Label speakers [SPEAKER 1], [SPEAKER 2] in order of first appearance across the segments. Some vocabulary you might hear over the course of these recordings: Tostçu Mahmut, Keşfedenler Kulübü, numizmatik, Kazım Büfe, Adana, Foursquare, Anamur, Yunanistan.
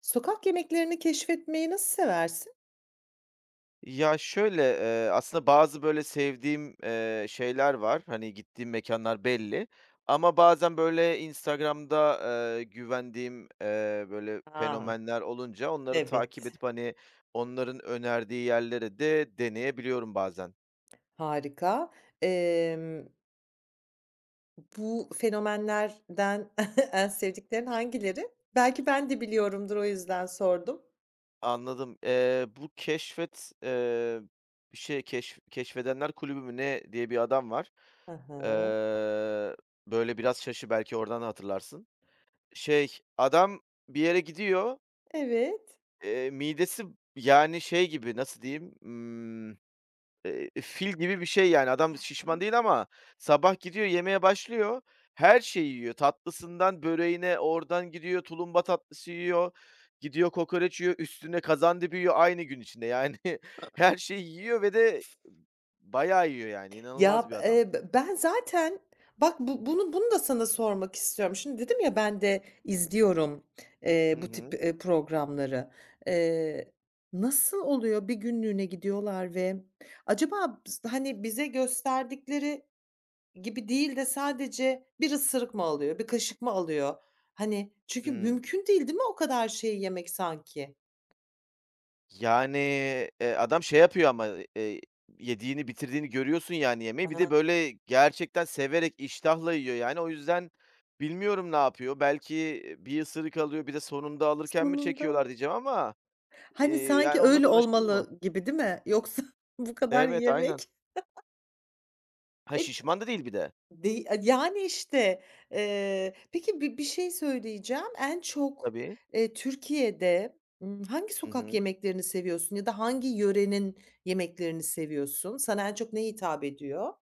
[SPEAKER 1] Sokak yemeklerini keşfetmeyi nasıl seversin?
[SPEAKER 2] Ya, şöyle, aslında bazı böyle sevdiğim, şeyler var. Hani, gittiğim mekanlar belli ama bazen böyle Instagram'da, güvendiğim, böyle
[SPEAKER 1] A!
[SPEAKER 2] fenomenler olunca onları takip
[SPEAKER 1] Evet.
[SPEAKER 2] edip, hani, onların önerdiği yerlere de deneyebiliyorum bazen.
[SPEAKER 1] Harika. Emm, bu fenomenlerden en sevdiklerin hangileri? Belki ben de biliyorumdur, o yüzden sordum.
[SPEAKER 2] Anladım. Bu keşfet, bir şey keşf Keşfedenler Kulübü mü ne diye bir adam var.
[SPEAKER 1] Hı hı.
[SPEAKER 2] Eee, böyle biraz şaşı, belki oradan hatırlarsın. Şey, adam bir yere gidiyor.
[SPEAKER 1] Evet.
[SPEAKER 2] Midesi, yani, şey gibi, nasıl diyeyim, fil gibi bir şey, yani. Adam şişman değil ama sabah gidiyor, yemeye başlıyor. Her şeyi yiyor. Tatlısından böreğine, oradan gidiyor tulumba tatlısı yiyor, gidiyor kokoreç yiyor, üstüne kazandibi yiyor aynı gün içinde. Yani, her şeyi yiyor ve de bayağı yiyor, yani. İnanılmaz
[SPEAKER 1] Ya,
[SPEAKER 2] bir adam.
[SPEAKER 1] b ben zaten bak bu bunu bunu da sana sormak istiyorum. Şimdi dedim ya ben de izliyorum,
[SPEAKER 2] Hı
[SPEAKER 1] bu tip,
[SPEAKER 2] hı.
[SPEAKER 1] programları. Eee, nasıl oluyor bir günlüğüne gidiyorlar ve acaba bs hani, bize gösterdikleri gibi değil de sadece bir ısırık mı alıyor, bir kaşık mı alıyor? Hani, çünkü
[SPEAKER 2] Hıı.
[SPEAKER 1] mümkün değil, değil mi o kadar şeyi yemek sanki?
[SPEAKER 2] Yani, adam şey yapıyor ama, eee, yediğini, bitirdiğini görüyorsun yani yemeği. Bir
[SPEAKER 1] A!
[SPEAKER 2] de, böyle, gerçekten severek, iştahla yiyor yani. O yüzden bilmiyorum ne yapıyor. Belki, bir ısırık alıyor, bir de sonunda alırken mi
[SPEAKER 1] Sonunda,
[SPEAKER 2] çekiyorlar diyeceğim ama,
[SPEAKER 1] hani, sanki
[SPEAKER 2] yani onunla
[SPEAKER 1] öyle
[SPEAKER 2] da uğraşılır mı?
[SPEAKER 1] olmalı gibi değil mi? Yoksa bu kadar
[SPEAKER 2] Evet, aynen.
[SPEAKER 1] yemek
[SPEAKER 2] Ha,
[SPEAKER 1] E
[SPEAKER 2] şişman da değil bir de.
[SPEAKER 1] Dey yani, işte, peki bir şey söyleyeceğim. En çok,
[SPEAKER 2] Tabii.
[SPEAKER 1] Türkiye'de, hangi
[SPEAKER 2] Hı
[SPEAKER 1] sokak
[SPEAKER 2] hı.
[SPEAKER 1] yemeklerini seviyorsun ya da hangi yörenin yemeklerini seviyorsun? Sana en çok ne hitap ediyor?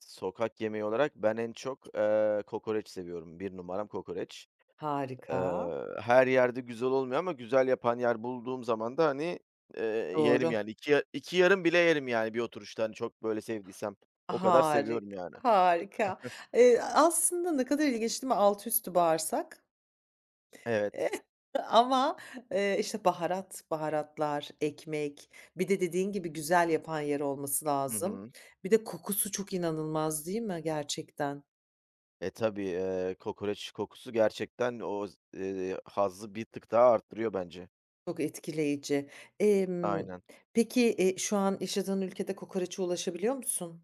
[SPEAKER 2] Sokak yemeği olarak ben en çok, kokoreç seviyorum. Bir numaram kokoreç.
[SPEAKER 1] Harika.
[SPEAKER 2] Her yerde güzel olmuyor ama güzel yapan yer bulduğum zaman da, hani, eee, yerim
[SPEAKER 1] Doğru.
[SPEAKER 2] yani. İki ya 2 yarım bile yerim yani bir oturuşta, hani, çok böyle sevdiysem. O kadar
[SPEAKER 1] Harik
[SPEAKER 2] seviyorum yani.
[SPEAKER 1] harika. Aslında ne kadar ilginç değil mi? Altı üstü bağırsak.
[SPEAKER 2] Evet.
[SPEAKER 1] ama, işte, baharatlar, ekmek, bir de dediğin gibi güzel yapan yer olması
[SPEAKER 2] Hı
[SPEAKER 1] lazım.
[SPEAKER 2] hı.
[SPEAKER 1] Bir de kokusu çok inanılmaz değil mi gerçekten?
[SPEAKER 2] E, tabii, kokoreç kokusu gerçekten o z hazzı bir tık daha arttırıyor bence.
[SPEAKER 1] Çok etkileyici. Emm,
[SPEAKER 2] Aynen.
[SPEAKER 1] peki, şu an yaşadığın ülkede kokoreçe ulaşabiliyor musun?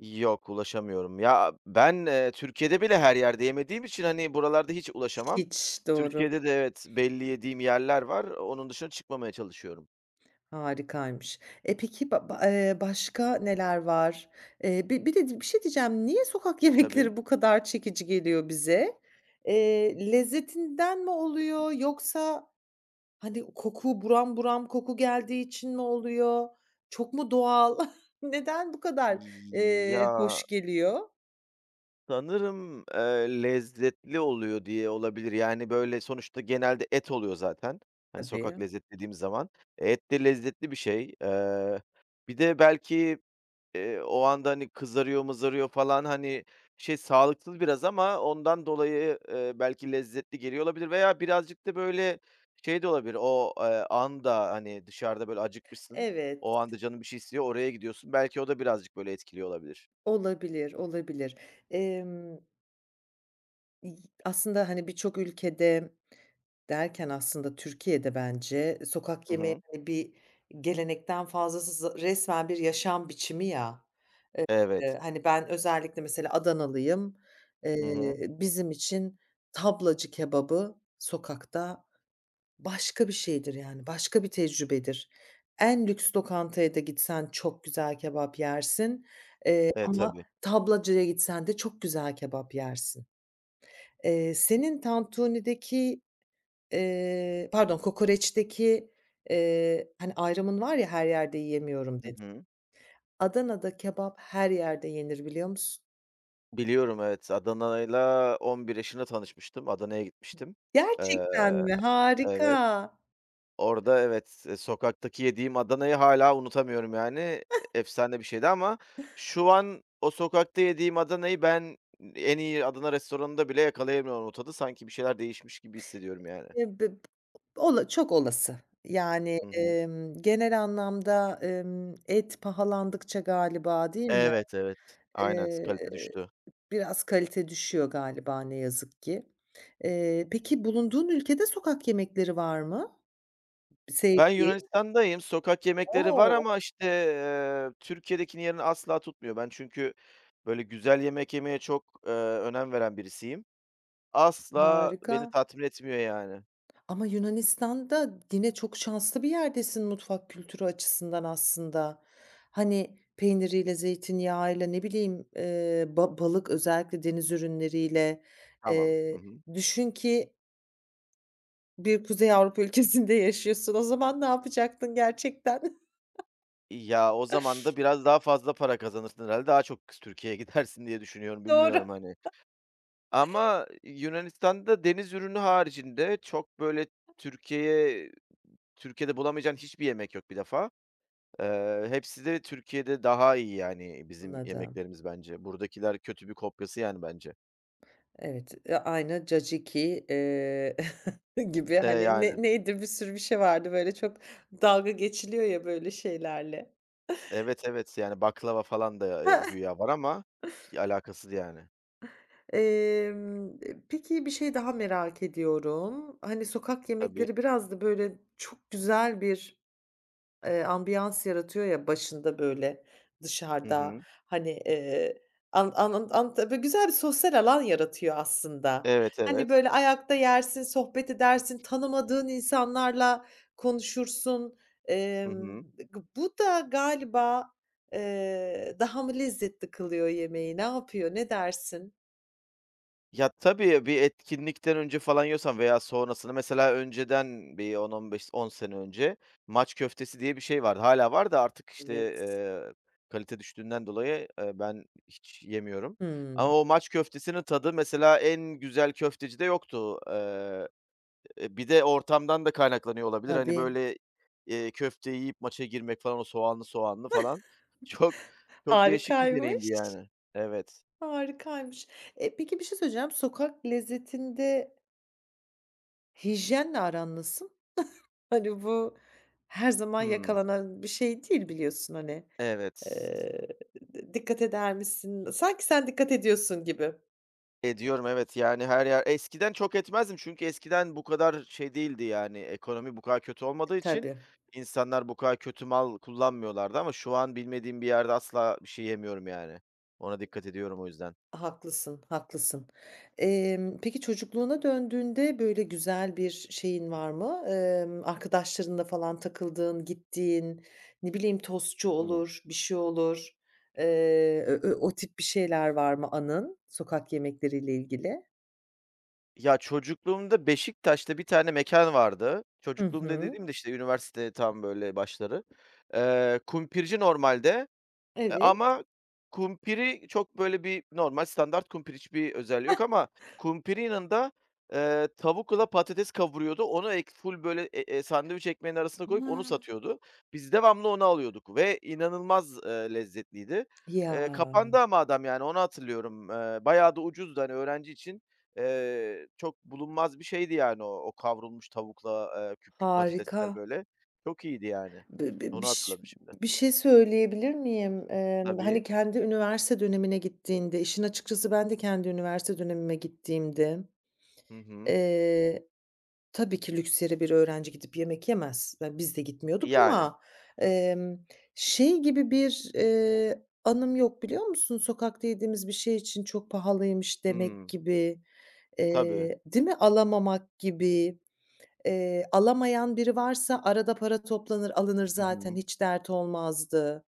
[SPEAKER 2] Yok, ulaşamıyorum. Ya, ben, Türkiye'de bile her yerde yemediğim için, hani, buralarda hiç ulaşamam.
[SPEAKER 1] Hiç, doğru.
[SPEAKER 2] Türkiye'de de evet, belli yediğim yerler var. Onun dışına çıkmamaya çalışıyorum.
[SPEAKER 1] Harikaymış. E, peki ba ba başka neler var? Bi bir de bir şey diyeceğim, niye sokak
[SPEAKER 2] Tabii.
[SPEAKER 1] yemekleri bu kadar çekici geliyor bize? Lezzetinden mi oluyor yoksa, hani, koku buram buram koku geldiği için mi oluyor? Çok mu doğal? Neden bu kadar,
[SPEAKER 2] Ya,
[SPEAKER 1] hoş geliyor?
[SPEAKER 2] sanırım, lezzetli oluyor diye olabilir. Yani, böyle, sonuçta genelde et oluyor zaten. Hani, sokak
[SPEAKER 1] Tabii.
[SPEAKER 2] lezzet dediğimiz zaman. Et de lezzetli bir şey. Bir de belki, o anda, hani, kızarıyor mızarıyor falan, hani, şey, sağlıksız biraz ama ondan dolayı, belki lezzetli geliyor olabilir veya birazcık da, böyle, şey de olabilir. O, anda, hani, dışarıda, böyle, acıkmışsın.
[SPEAKER 1] Evet,
[SPEAKER 2] O anda canın bir şey istiyor, oraya gidiyorsun. Belki o da birazcık, böyle, etkiliyor olabilir.
[SPEAKER 1] olabilir, olabilir. Emm, y aslında, hani, birçok ülkede derken aslında Türkiye'de bence sokak
[SPEAKER 2] Hı
[SPEAKER 1] yemeği,
[SPEAKER 2] hı.
[SPEAKER 1] hani, gelenekten fazlası z resmen bir yaşam biçimi ya.
[SPEAKER 2] Evet.
[SPEAKER 1] Hani, ben özellikle mesela Adanalıyım.
[SPEAKER 2] Hı hı.
[SPEAKER 1] Bizim için tablacı kebabı sokakta başka bir şeydir, yani, başka bir tecrübedir. En lüks lokantaya da gitsen çok güzel kebap yersin,
[SPEAKER 2] E,
[SPEAKER 1] ama
[SPEAKER 2] tabii.
[SPEAKER 1] tablacıya gitsen de çok güzel kebap yersin. Senin Tantuni'deki pardon, kokoreçteki, hani, ayrımın var ya, "Her yerde yiyemiyorum."
[SPEAKER 2] Hı
[SPEAKER 1] dedin.
[SPEAKER 2] hı.
[SPEAKER 1] Adana'da kebap her yerde yenir biliyor musun?
[SPEAKER 2] Biliyorum, evet. Adana'yla 11 yaşında tanışmıştım. Adana'ya gitmiştim. Eee,
[SPEAKER 1] Gerçekten mi?
[SPEAKER 2] evet.
[SPEAKER 1] Harika.
[SPEAKER 2] Orada evet, sokaktaki yediğim Adana'yı hala unutamıyorum yani. Efsane bir şeydi ama şu an o sokakta yediğim Adana'yı ben en iyi Adana restoranında bile yakalayamıyorum o tadı. Sanki bir şeyler değişmiş gibi hissediyorum yani.
[SPEAKER 1] B ola çok olası. Yani,
[SPEAKER 2] Hı hı.
[SPEAKER 1] genel anlamda, et pahalandıkça galiba değil mi,
[SPEAKER 2] Evet, evet. Aynen.
[SPEAKER 1] eee,
[SPEAKER 2] Kalite düştü.
[SPEAKER 1] biraz kalite düşüyor galiba ne yazık ki. Peki bulunduğun ülkede sokak yemekleri var mı
[SPEAKER 2] Ben
[SPEAKER 1] sevdiğin?
[SPEAKER 2] Yunanistan'dayım. Sokak yemekleri var
[SPEAKER 1] O!
[SPEAKER 2] ama, işte, Türkiye'dekinin yerini asla tutmuyor. Ben çünkü böyle güzel yemek yemeye çok, önem veren birisiyim. Asla
[SPEAKER 1] Harika.
[SPEAKER 2] beni tatmin etmiyor yani.
[SPEAKER 1] Ama Yunanistan'da yine çok şanslı bir yerdesin mutfak kültürü açısından aslında. Hani, peyniriyle, zeytinyağıyla, ne bileyim, ba balık özellikle deniz ürünleriyle.
[SPEAKER 2] Tamam. Hı
[SPEAKER 1] Eee,
[SPEAKER 2] hı.
[SPEAKER 1] düşün ki bir Kuzey Avrupa ülkesinde yaşıyorsun. O zaman ne yapacaktın gerçekten?
[SPEAKER 2] Ya, o zaman da biraz daha fazla para kazanırsın herhâlde. Daha çok Türkiye'ye gidersin diye düşünüyorum.
[SPEAKER 1] Doğru.
[SPEAKER 2] Bilmiyorum, hani. Ama Yunanistan'da deniz ürünü haricinde çok böyle Türkiye'ye Türkiye'de bulamayacağın hiçbir yemek yok bir defa. Hepsi de Türkiye'de daha iyi yani bizim
[SPEAKER 1] Anladım.
[SPEAKER 2] yemeklerimiz bence. Buradakiler kötü bir kopyası yani bence.
[SPEAKER 1] Evet, aynı caciki, gibi, hani,
[SPEAKER 2] Yani.
[SPEAKER 1] neydi, bir sürü bir şey vardı, böyle, çok dalga geçiliyor ya böyle şeylerle.
[SPEAKER 2] Evet, evet, yani baklava falan da, güya var ama ya alakasız yani.
[SPEAKER 1] Emm, peki, bir şey daha merak ediyorum. Hani, sokak
[SPEAKER 2] Tabii.
[SPEAKER 1] yemekleri biraz da, böyle, çok güzel bir, ambiyans yaratıyor ya başında, böyle,
[SPEAKER 2] Hı
[SPEAKER 1] dışarıda.
[SPEAKER 2] hı.
[SPEAKER 1] Hani, an an an anta böyle, güzel bir sosyal alan yaratıyor aslında.
[SPEAKER 2] Evet,
[SPEAKER 1] Hani,
[SPEAKER 2] evet.
[SPEAKER 1] böyle, ayakta yersin, sohbet edersin, tanımadığın insanlarla konuşursun.
[SPEAKER 2] Hı
[SPEAKER 1] Emm,
[SPEAKER 2] hı.
[SPEAKER 1] g bu da galiba, daha mı lezzetli kılıyor yemeği? Ne yapıyor? Ne dersin?
[SPEAKER 2] Ya, tabii, bir etkinlikten önce falan yiyorsan veya sonrasını mesela, önceden bir 10-15-10 sene önce maç köftesi diye bir şey vardı. Hala var da artık, işte,
[SPEAKER 1] Evet.
[SPEAKER 2] kalite düştüğünden dolayı, ben hiç yemiyorum. Ama
[SPEAKER 1] Hımm.
[SPEAKER 2] o maç köftesinin tadı mesela en güzel köftecide yoktu. Bir de ortamdan da kaynaklanıyor olabilir. Hani,
[SPEAKER 1] Tabii.
[SPEAKER 2] böyle, köfteyi yiyip maça girmek falan, o soğanlı soğanlı falan çok çok değişik bir deneyimdi
[SPEAKER 1] Harikaymış,
[SPEAKER 2] yani. Evet.
[SPEAKER 1] harikaymış. E, peki bir şey söyleyeceğim. Sokak lezzetinde hijyenle aran nasıl? Hani, bu her zaman
[SPEAKER 2] Hımm.
[SPEAKER 1] yakalanan bir şey değil biliyorsun, hani.
[SPEAKER 2] Evet.
[SPEAKER 1] Eee, d dikkat eder misin? Sanki sen dikkat ediyorsun gibi.
[SPEAKER 2] Ediyorum, evet. Yani, her yer eskiden çok etmezdim, çünkü eskiden bu kadar şey değildi, yani, ekonomi bu kadar kötü olmadığı için
[SPEAKER 1] Tabii.
[SPEAKER 2] insanlar bu kadar kötü mal kullanmıyorlardı ama şu an bilmediğim bir yerde asla bir şey yemiyorum, yani. Ona dikkat ediyorum o yüzden.
[SPEAKER 1] Haklısın, haklısın. Peki çocukluğuna döndüğünde böyle güzel bir şeyin var mı? Arkadaşlarınla falan takıldığın, gittiğin, ne bileyim, tostçu
[SPEAKER 2] Hıı.
[SPEAKER 1] olur, bir şey olur. Ö ö o tip bir şeyler var mı anın sokak yemekleriyle ilgili?
[SPEAKER 2] Ya, çocukluğumda Beşiktaş'ta bir tane mekan vardı.
[SPEAKER 1] Hı
[SPEAKER 2] Çocukluğumda
[SPEAKER 1] hı.
[SPEAKER 2] dediğimde işte, üniversite tam böyle başları. Kumpirci normalde. E,
[SPEAKER 1] Evet.
[SPEAKER 2] ama kumpiri çok böyle, bir normal standart kumpir, hiçbir özelliği yok ama kumpirin yanında, tavukla patates kavuruyordu. Onu ek ful böyle, sandviç ekmeğinin arasına koyup onu
[SPEAKER 1] Hıı.
[SPEAKER 2] satıyordu. Biz devamlı onu alıyorduk ve inanılmaz, lezzetliydi.
[SPEAKER 1] Ya,
[SPEAKER 2] Kapandı ama adam, yani onu hatırlıyorum. Bayağı da ucuzdu. Hani öğrenci için, çok bulunmaz bir şeydi yani o o kavrulmuş tavukla, küp küp
[SPEAKER 1] harika.
[SPEAKER 2] patatesler böyle. Çok iyiydi yani.
[SPEAKER 1] Bi bi
[SPEAKER 2] Onu
[SPEAKER 1] biş
[SPEAKER 2] hatırladım şimdi.
[SPEAKER 1] bir şey söyleyebilir miyim? Hani,
[SPEAKER 2] Tabii.
[SPEAKER 1] kendi üniversite dönemine gittiğinde, işin açıkçası ben de kendi üniversite dönemime gittiğimde,
[SPEAKER 2] Hı hı.
[SPEAKER 1] eee, tabii ki lüks yere bir öğrenci gidip yemek yemez. Ya, biz de gitmiyorduk
[SPEAKER 2] Yani.
[SPEAKER 1] ama, emm, şey gibi bir, anım yok biliyor musun? Sokakta yediğimiz bir şey için çok pahalıymış demek
[SPEAKER 2] Hımm.
[SPEAKER 1] gibi,
[SPEAKER 2] Tabii.
[SPEAKER 1] değil mi? Alamamak gibi. Alamayan biri varsa arada para toplanır, alınır
[SPEAKER 2] Hı
[SPEAKER 1] zaten
[SPEAKER 2] hı.
[SPEAKER 1] hiç dert olmazdı.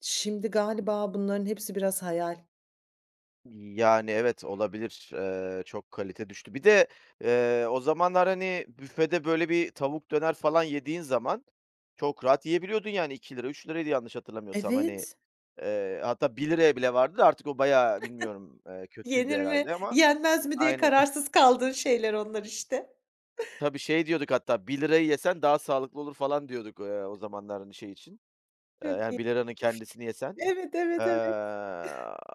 [SPEAKER 1] Şimdi galiba bunların hepsi biraz hayal.
[SPEAKER 2] Yani, evet, olabilir. Çok kalite düştü. Bir de, o zamanlar, hani, büfede böyle bir tavuk döner falan yediğin zaman çok rahat yiyebiliyordun yani. ₺2 ₺3'tü yanlış hatırlamıyorsam. Hani,
[SPEAKER 1] Evet.
[SPEAKER 2] hatta ₺1'ya bile vardı da artık o bayağı, bilmiyorum, kötüydü
[SPEAKER 1] Yenir mi,
[SPEAKER 2] herhâlde ama
[SPEAKER 1] yenmez mi diye
[SPEAKER 2] Aynen.
[SPEAKER 1] kararsız kaldığın şeyler onlar işte.
[SPEAKER 2] Tabii, şey diyorduk hatta, ₺1'yı yesen daha sağlıklı olur falan diyorduk, o zamanlar, hani, şey için,
[SPEAKER 1] Çok
[SPEAKER 2] yani
[SPEAKER 1] iyi.
[SPEAKER 2] ₺1'nın kendisini yesen.
[SPEAKER 1] Evet,
[SPEAKER 2] Eee,
[SPEAKER 1] evet, evet.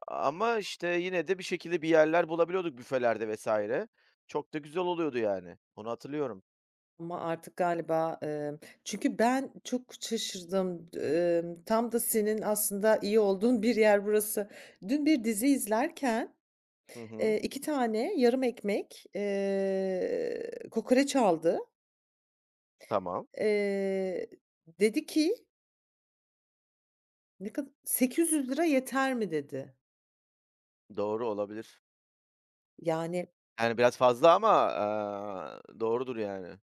[SPEAKER 2] ama, işte, yine de bir şekilde bir yerler bulabiliyorduk büfelerde vesaire. Çok da güzel oluyordu yani. Onu hatırlıyorum.
[SPEAKER 1] Ama artık galiba, çünkü ben çok şaşırdım. Tam da senin aslında iyi olduğun bir yer burası. Dün bir dizi izlerken,
[SPEAKER 2] Hı hı.
[SPEAKER 1] 2 tane yarım ekmek, kokoreç aldı.
[SPEAKER 2] Tamam.
[SPEAKER 1] Eee, dedi ki ne kadar lira yeter mi?" dedi.
[SPEAKER 2] Doğru, olabilir.
[SPEAKER 1] Yani
[SPEAKER 2] Yani, biraz fazla ama, doğrudur yani.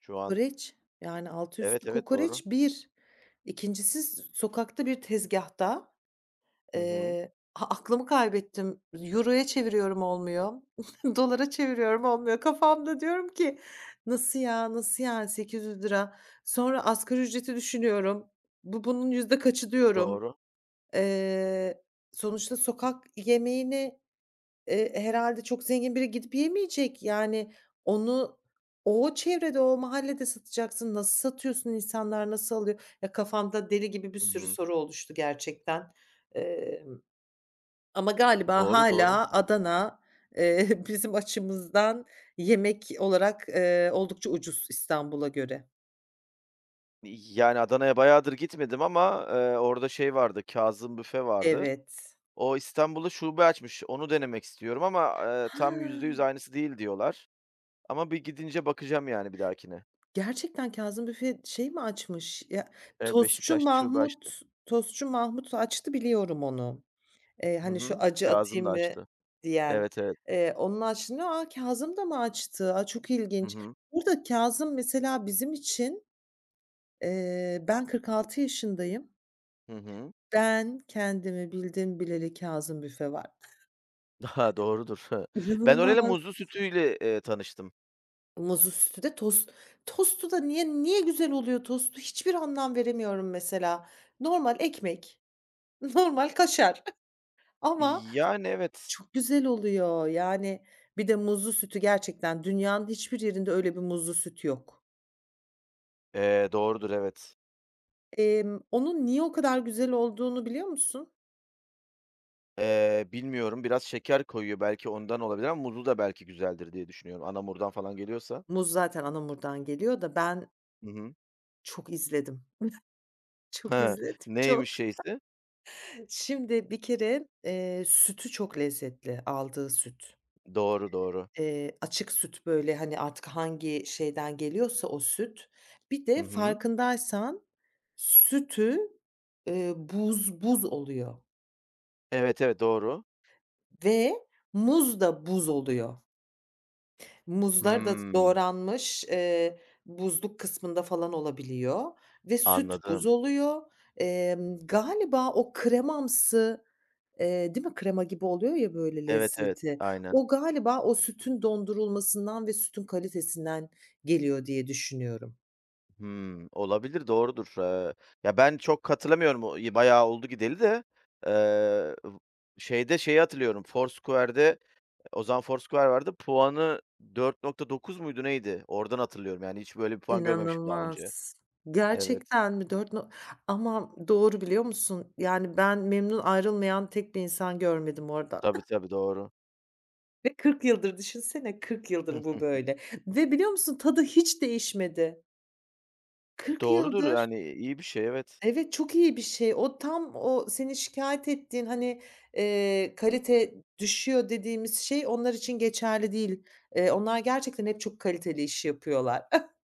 [SPEAKER 2] Şu an.
[SPEAKER 1] kokoreç, yani altı
[SPEAKER 2] Evet,
[SPEAKER 1] üstü
[SPEAKER 2] evet, doğru.
[SPEAKER 1] kokoreç bir. 2'ncisi sokakta bir tezgahta.
[SPEAKER 2] Hı hı.
[SPEAKER 1] A aklımı kaybettim. Euro'ya çeviriyorum olmuyor. Dolara çeviriyorum olmuyor. Kafamda diyorum ki "Nasıl ya, nasıl yani sekiz yüz lira. Sonra asgari ücreti düşünüyorum. "Bu bunun yüzde kaçı?" diyorum.
[SPEAKER 2] Doğru.
[SPEAKER 1] Eee, sonuçta sokak yemeğini herhâlde çok zengin biri gidip yemeyecek. Yani onu o çevrede, o mahallede satacaksın. Nasıl satıyorsun? İnsanlar nasıl alıyor? Ya, kafamda deli gibi bir
[SPEAKER 2] Hı
[SPEAKER 1] sürü
[SPEAKER 2] hı.
[SPEAKER 1] soru oluştu gerçekten. Emm, ama galiba
[SPEAKER 2] Doğru, doğru.
[SPEAKER 1] hâlâ Adana, bizim açımızdan yemek olarak, oldukça ucuz İstanbul'a göre.
[SPEAKER 2] Yani, Adana'ya bayağıdır gitmedim ama, orada şey vardı, Kazım Büfe vardı.
[SPEAKER 1] Evet.
[SPEAKER 2] O İstanbul'da şube açmış. Onu denemek istiyorum ama, tam %100
[SPEAKER 1] Ha!
[SPEAKER 2] aynısı değil diyorlar. Ama bir gidince bakacağım yani bir dahakine.
[SPEAKER 1] Gerçekten Kazım Büfe şey mi açmış? Ya,
[SPEAKER 2] Evet, Beşiktaş'ta şube açtı.
[SPEAKER 1] Tostçu Mahmut açtı biliyorum onu.
[SPEAKER 2] Hı
[SPEAKER 1] Hani, "Şu
[SPEAKER 2] hı.
[SPEAKER 1] acı
[SPEAKER 2] Kazım
[SPEAKER 1] atayım
[SPEAKER 2] da
[SPEAKER 1] mı?"
[SPEAKER 2] açtı.
[SPEAKER 1] diyen.
[SPEAKER 2] Evet, evet.
[SPEAKER 1] Onun açtığını, "A, Kazım da mı açtı? A, çok
[SPEAKER 2] Hı
[SPEAKER 1] ilginç."
[SPEAKER 2] hı.
[SPEAKER 1] Burada Kazım mesela bizim için, ben 46 yaşındayım.
[SPEAKER 2] Hı hı.
[SPEAKER 1] Ben kendimi bildim bileli Kazım büfe var.
[SPEAKER 2] Daha doğrudur. Ben orayla,
[SPEAKER 1] İnanılmaz.
[SPEAKER 2] muzlu sütüyle, tanıştım.
[SPEAKER 1] Muzlu sütlü de tostu da niye güzel oluyor tostu? Hiçbir anlam veremiyorum mesela. Normal ekmek, normal kaşar ama
[SPEAKER 2] Yani evet.
[SPEAKER 1] çok güzel oluyor. Yani, bir de muzlu sütü gerçekten dünyanın hiçbir yerinde öyle bir muzlu süt yok.
[SPEAKER 2] Doğrudur, evet.
[SPEAKER 1] Onun niye o kadar güzel olduğunu biliyor musun?
[SPEAKER 2] Bilmiyorum, biraz şeker koyuyor belki ondan olabilir ama muzlu da belki güzeldir diye düşünüyorum. Anamur'dan falan geliyorsa.
[SPEAKER 1] Muz zaten anamurdan geliyor da ben
[SPEAKER 2] Hı hı.
[SPEAKER 1] çok izledim. Çok
[SPEAKER 2] Ha,
[SPEAKER 1] izledim, çok.
[SPEAKER 2] neymiş şeysi?
[SPEAKER 1] Şimdi bir kere, sütü çok lezzetli, aldığı süt.
[SPEAKER 2] Doğru, doğru.
[SPEAKER 1] Açık süt, böyle, hani, artık hangi şeyden geliyorsa o süt. Bir
[SPEAKER 2] Hı
[SPEAKER 1] de
[SPEAKER 2] hı.
[SPEAKER 1] farkındaysan sütü, buz buz oluyor.
[SPEAKER 2] Evet, evet, doğru.
[SPEAKER 1] Ve muz da buz oluyor. Muzlar da
[SPEAKER 2] Hımm,
[SPEAKER 1] doğranmış, buzluk kısmında falan olabiliyor ve süt buz
[SPEAKER 2] anladım.
[SPEAKER 1] oluyor. Galiba o kremamsı, değil mi? Krema gibi oluyor ya böyle
[SPEAKER 2] Evet, evet,
[SPEAKER 1] lezzeti.
[SPEAKER 2] aynen.
[SPEAKER 1] O galiba o sütün dondurulmasından ve sütün kalitesinden geliyor diye düşünüyorum.
[SPEAKER 2] Hımm, olabilir, doğrudur. Ya, ben çok katılamıyorum. O bayağı oldu gideli de. Eee, şeyde şeyi hatırlıyorum, Foursquare'de o zaman Foursquare vardı. Puanı 4,9 muydu neydi? Oradan hatırlıyorum, yani, hiç böyle bir puan görmemişim daha önce.
[SPEAKER 1] İnanılmaz.
[SPEAKER 2] Evet.
[SPEAKER 1] Gerçekten mi? Dört? No, ama doğru biliyor musun? Yani ben memnun ayrılmayan tek bir insan görmedim orada.
[SPEAKER 2] Tabii, tabii, doğru.
[SPEAKER 1] Ve 40 yıldır düşünsene, 40 yıldır bu böyle ve biliyor musun tadı hiç değişmedi. 40
[SPEAKER 2] Doğrudur,
[SPEAKER 1] yıldır.
[SPEAKER 2] yani, iyi bir şey, evet.
[SPEAKER 1] Evet, çok iyi bir şey. O tam o senin şikâyet ettiğin, hani, kalite düşüyor dediğimiz şey onlar için geçerli değil. Onlar gerçekten hep çok kaliteli iş yapıyorlar.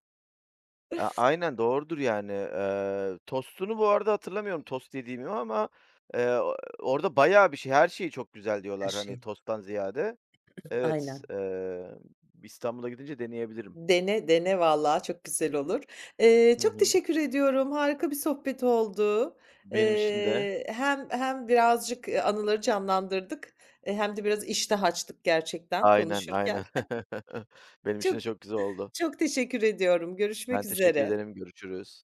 [SPEAKER 2] Aynen, doğrudur, yani. Tostunu bu arada hatırlamıyorum, tost yediğimi ama, orada bayağı bir şey, her şeyi çok güzel
[SPEAKER 1] Her
[SPEAKER 2] diyorlar, hani,
[SPEAKER 1] şey.
[SPEAKER 2] tosttan ziyade. Evet,
[SPEAKER 1] Aynen.
[SPEAKER 2] İstanbul'a gidince deneyebilirim.
[SPEAKER 1] Dene, dene vallahi çok güzel olur.
[SPEAKER 2] Hı
[SPEAKER 1] Çok
[SPEAKER 2] hı.
[SPEAKER 1] teşekkür ediyorum. Harika bir sohbet oldu.
[SPEAKER 2] Benim için de
[SPEAKER 1] Hem birazcık, anıları canlandırdık, hem de biraz iştah açtık gerçekten
[SPEAKER 2] Aynen,
[SPEAKER 1] konuşurken.
[SPEAKER 2] aynen. Benim için de
[SPEAKER 1] Çok
[SPEAKER 2] çok güzel oldu.
[SPEAKER 1] çok teşekkür ediyorum.
[SPEAKER 2] Ben
[SPEAKER 1] Görüşmek
[SPEAKER 2] teşekkür
[SPEAKER 1] üzere.
[SPEAKER 2] ederim. Görüşürüz.